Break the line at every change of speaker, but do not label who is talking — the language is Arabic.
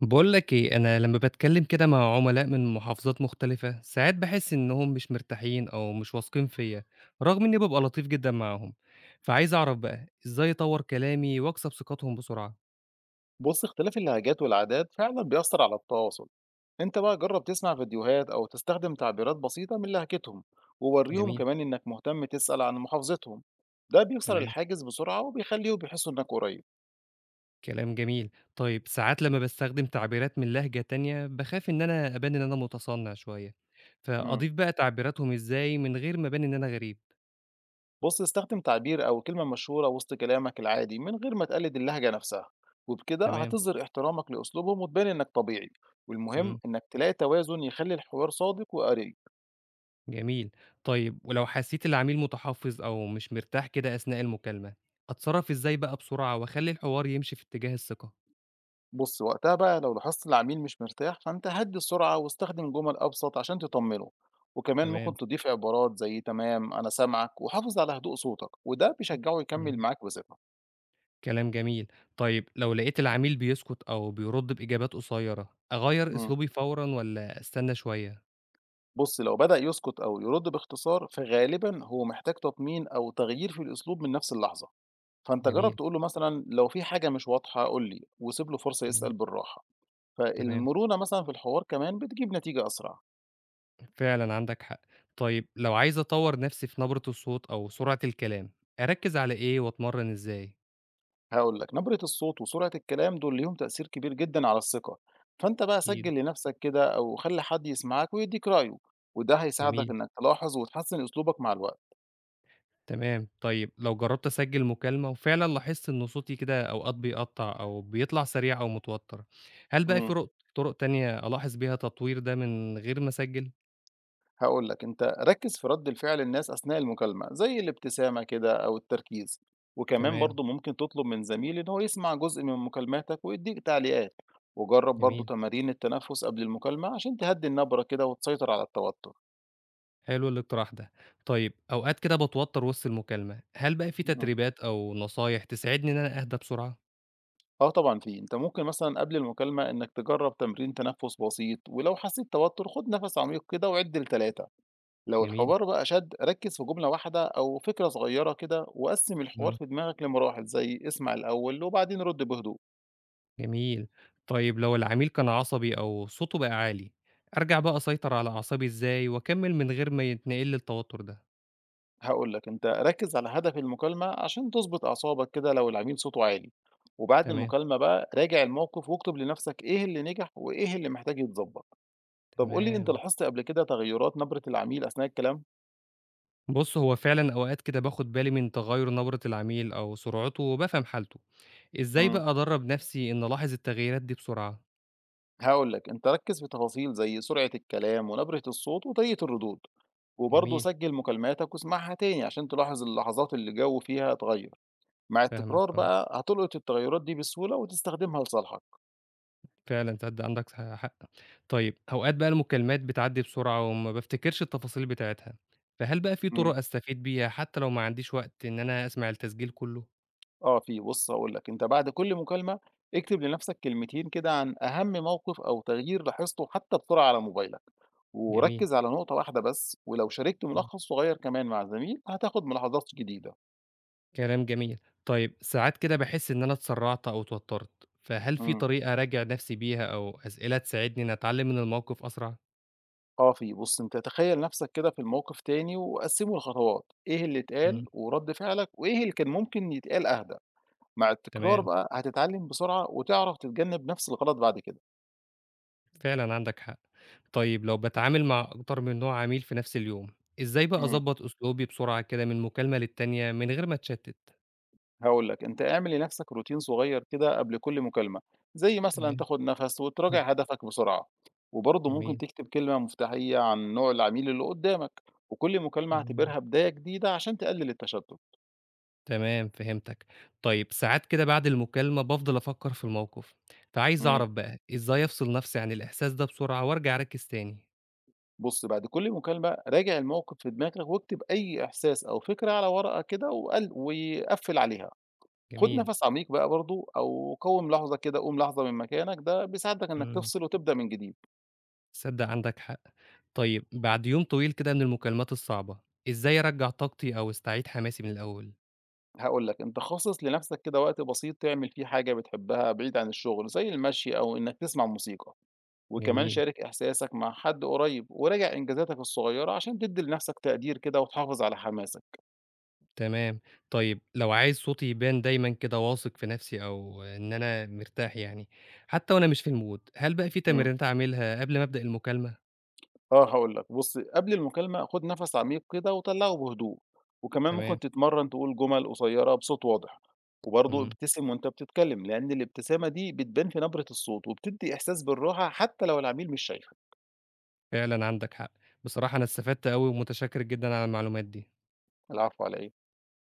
باقول لك إيه، أنا لمّا باتكلّم كده مع عُملاء من محافظات مختلفة، ساعات باحس إنّهم مش مرتاحين أو مش واثقين فيّا، رغم إنّي بابقى لطيف جدًا معاهم. فعايز أعرف بقى إزاي أطوّر كلامي وأكسب ثقتهم بسرعة؟
بص، اختلاف اللهجات والعادات فعلا بيأثر على التواصل. انت بقى جرب تسمع فيديوهات او تستخدم تعبيرات بسيطة من لهجتهم، ووريهم
جميل،
كمان انك مهتم تسأل عن محافظتهم. ده بيكسر
تمام،
الحاجز بسرعة وبيخليهم يحسوا انك قريب.
كلام جميل. طيب ساعات لمّا باستخدم تعبيرات من لهجة تانية، باخاف إن أنا أبان إن أنا متصنع شوية،
مم.
فأضيف بقى تعبيراتهم إزاي من غير ما أبان إن أنا غريب؟
بص، استخدم تعبير او كلمة مشهورة وسط كلامك العادي من غير ما تقلد اللهجة نفسها، وبكده
تمام،
هتظهر احترامك لأسلوبهم وتبان انك طبيعي. والمهم
إمم.
انك تلاقي توازن يخلي الحوار صادق وقريب.
جميل. طيب ولو حسّيت العميل متحفّظ أو مش مرتاح كده أثناء المكالمة، أتصرّف إزاي بقى بسرعة وأخلّي الحوار يمشي في اتجاه الثقة؟
بُص، وقتها بقى لو لاحظت العميل مش مرتاح، فأنت هدّي السرعة واستخدم جمل أبسط عشان تطمنه، وكمان
تمام،
ممكن تضيف عبارات زي "تمام، أنا سامعك." وحافظ على هدوء صوتك، وده بيشجعه يكمّل
إمم،
معاك بثقة.
كلام جميل. طيب لو لقيت العميل بيسكُت أو بيرُد بإجابات قصيّرة، أغيّر
إمم.
أسلوبي فورًا والّا أستنى شوية؟
بُص، لو بدأ يسكت أو يرد باختصار، فغالبًا هو محتاج تطمين أو تغيير في الأسلوب من نفس اللحظة، فأنت جرّب
جميل،
تقول له مثلًا "لو في حاجة مش واضحة قُل لي." وسيب له فرصة
إمم،
يسأل بالراحة،
تمام.
فالمرونة مثلًا في الحوار كمان بتجيب نتيجة أسرع.
فعلًا عندك حق. طيب لو عايز أطوّر نَفْسي في نبرة الصوت أو سرعة الكلام، أركّز على إيه وأتمرّن إزاي؟
هاقول لك، نبرة الصوت وسرعة الكلام دول ليهم تأثير كبير جدًا على الثقة، فأنت بقى
أكيد،
سجّل لنفسك كده أو خلّي حد يسمعك ويدّيك رأيه، وده هيساعدك
جميل.
إنك تلاحظ وتحسّن أسلوبك مع الوقت.
تمام، طيب لو جرّبت أسجّل مكالمة وفعلًا لاحظت إن صوتي كده أوقات بيقطّع أو بيطلع سريع أو متوتّر، هل بقى في
إمم.
طُرق تانية ألاحظ بيها تطوير ده من غير ما أسجّل؟
هاقول لك، أنت ركّز في رَد الفعل الناس أثناء المكالمة، زي الابتسامة كده أو التركيز، وكمان
تمام،
برضه ممكن تطلب من زميل إن هو يسمع جزء من مكالماتك ويدّيك تعليقات، وجرّب برضه
جميل،
تمارين التنفس قبل المكالمة عشان تهدّي النبرة كده وتسيطر على التوتر.
حلو الاقتراح ده. طيب أوقات كده باتوتّر وسط المكالمة، هل بقى في
إمم.
تدريبات أو نصايح تساعدني إن أنا أهدى بسرعة؟
آه طبعًا في، أنت ممكن مثلًا قبل المكالمة إنك تجرّب تمرين تنفس بسيط، ولو حسيت توتر خُد نفس عميق كده وعِد ل3. لو
جميل،
الحوار بقى شد ركّز في جملة واحدة أو فكرة صغيرة كده، وقسّم الحوار
إمم،
في دماغك لمراحل زي اسمع الأول وبعدين رُد بهدوء.
جميل. طيب لو العميل كان عصبي أو صوته بقى عالي، أرجع بقى أسيطر على أعصابي إزاي وأكمّل من غير ما يتنقل لي التوتّر ده؟
هاقول لك، أنت ركّز على هدف المكالمة عشان تضبط أعصابك كده لو العميل صوته عالي، وبعد
تمام،
المكالمة بقى راجع الموقف واكتب لنفسك إيه اللي نجح وإيه اللي محتاج يتضبط. طب قُل لي، أنت
تمام.
لاحظت قبل كده تغيرات نبرة العميل أثناء الكلام؟
بُص، هو فعلًا أوقات كده باخد بالي من تغيُّر نبرة العميل أو سرعته وبافهم حالته. إزاي
إمم.
بقى أدرّب نفسي إني ألاحظ التغييرات دي بسرعة؟
هاقول لك، أنت ركّز في تفاصيل زي سرعة الكلام ونبرة الصوت وطريقة الردود، وبرضه
جميل،
سجّل مكالماتك واسمعها تاني عشان تلاحظ اللحظات اللي الجو فيها اتغيّر. مع
فاهمك
التكرار
آه.
بقى هتلقط التغيرات دي بسهولة وتستخدمها لصالحك.
فعلًا تصدق عندك حق. طيب أوقات بقى المكالمات بتعدّي بسرعة وما بافتكرش التفاصيل بتاعتها، فهل بقى في
إمم،
طُرق أستفيد بيها حتّى لو ما عنديش وقت إن أنا أسمع التسجيل كُلّه؟
آه في، بُص هاقول لك، أنت بعد كل مكالمة اكتب لنفسك كلمتين كده عن أهم موقف أو تغيير لاحظته حتى بسرعة على موبايلك،
جميل،
وركّز على نقطة واحدة بس، ولو شاركت
إمم،
ملخص صغير كمان مع زميل هتاخد ملاحظات جديدة.
كلام جميل. طيب ساعات كده باحس إن أنا اتسرّعت أو اتوتّرت، فهل في
إمم.
طريقة أراجع نفسي بيها أو أسئلة تساعدني إني أتعلّم من الموقف أسرع؟
coffee بُص، أنت تخيّل نَفْسك كده في الموقف تاني وقسّمه لخطوات، إيه اللي اتقال
إمم،
ورَد فعلك وإيه اللي كان ممكن يتقال أهدى. مع التكرار
تمام،
بقى هتتعلّم بسرعة وتعرف تتجنّب نَفْس الغلط بعد كده.
فعلًا عندك حق. طيب لو باتعامل مع أكتر من نوع عميل في نفس اليوم، إزاي بقى
إمم،
أضبط أسلوبي بسرعة كده من مكالمة للتانية من غير ما أتشتت؟
هاقول لك، أنت اعمل لنَفْسك روتين صغير كده قبل كل مكالمة، زي مثلًا
تمام،
تاخُد نَفَس
إمم،
وتراجع هدفك بسرعة، وبرضه ممكن
جميل،
تكتب كلمة مفتاحية عن نوع العميل اللي قُدّامك، وكل مكالمة
إمم،
اعتبرها بداية جديدة عشان تقلل التشتُّت.
تمام فهمتك. طيب ساعات كده بعد المكالمة بافضل أفكر في الموقف، فعايز
إمم.
أعرف بقى إزاي أفصل نفسي عن الإحساس ده بسرعة وأرجع أركز تاني؟
بُص، بعد كل مكالمة راجع الموقف في دماغك واكتب أي إحساس أو فكرة على ورقة كده وقل وقفّل عليها. خُد
جميل،
نَفَس عميق بقى برضه أو قوّم لحظة كده، قوم لحظة من مكانك ده بيساعدك إنك
إمم،
تفصل وتبدأ من جديد.
تصدق عندك حق. طيب بعد يوم طويل كده من المكالمات الصعبة، إزاي أرجّع طاقتي أو أستعيد حماسي من الأول؟
هاقول لك، أنت خصّص لنَفْسك كده وقت بسيط تعمل فيه حاجة بتحبها بعيد عن الشغل زي المشي أو إنك تسمع موسيقى، وكمان
جميل.
شارك إحساسك مع حد قريب وراجع إنجازاتك الصغيرة عشان تدّي لنَفْسك تقدير كده وتحافظ على حماسك.
تمام. طيب لو عايز صوتي يبان دايمًا كده واثق في نَفْسي أو إن أنا مرتاح يعني، حتى وأنا مش في الmood، هل بقى في
إمم.
تمرينات أعملها قبل ما أبدأ المكالمة؟
آه هاقول لك، بُص قبل المكالمة خُد نَفَس عميق كده وطلّعه بهدوء، وكمان
تمام،
ممكن تتمرّن تقول جُمل قصيّرة بصوت واضح، وبرضه
إمم،
ابتسم وأنت بتتكلم، لإن الابتسامة دي بتبان في نبرة الصوت وبتدّي إحساس بالراحة حتى لو العميل مش شايفك.
فعلًا عندك حق. بصراحة أنا استفدت أوي ومتشكر جدًا على المعلومات دي.
العفو على إيه.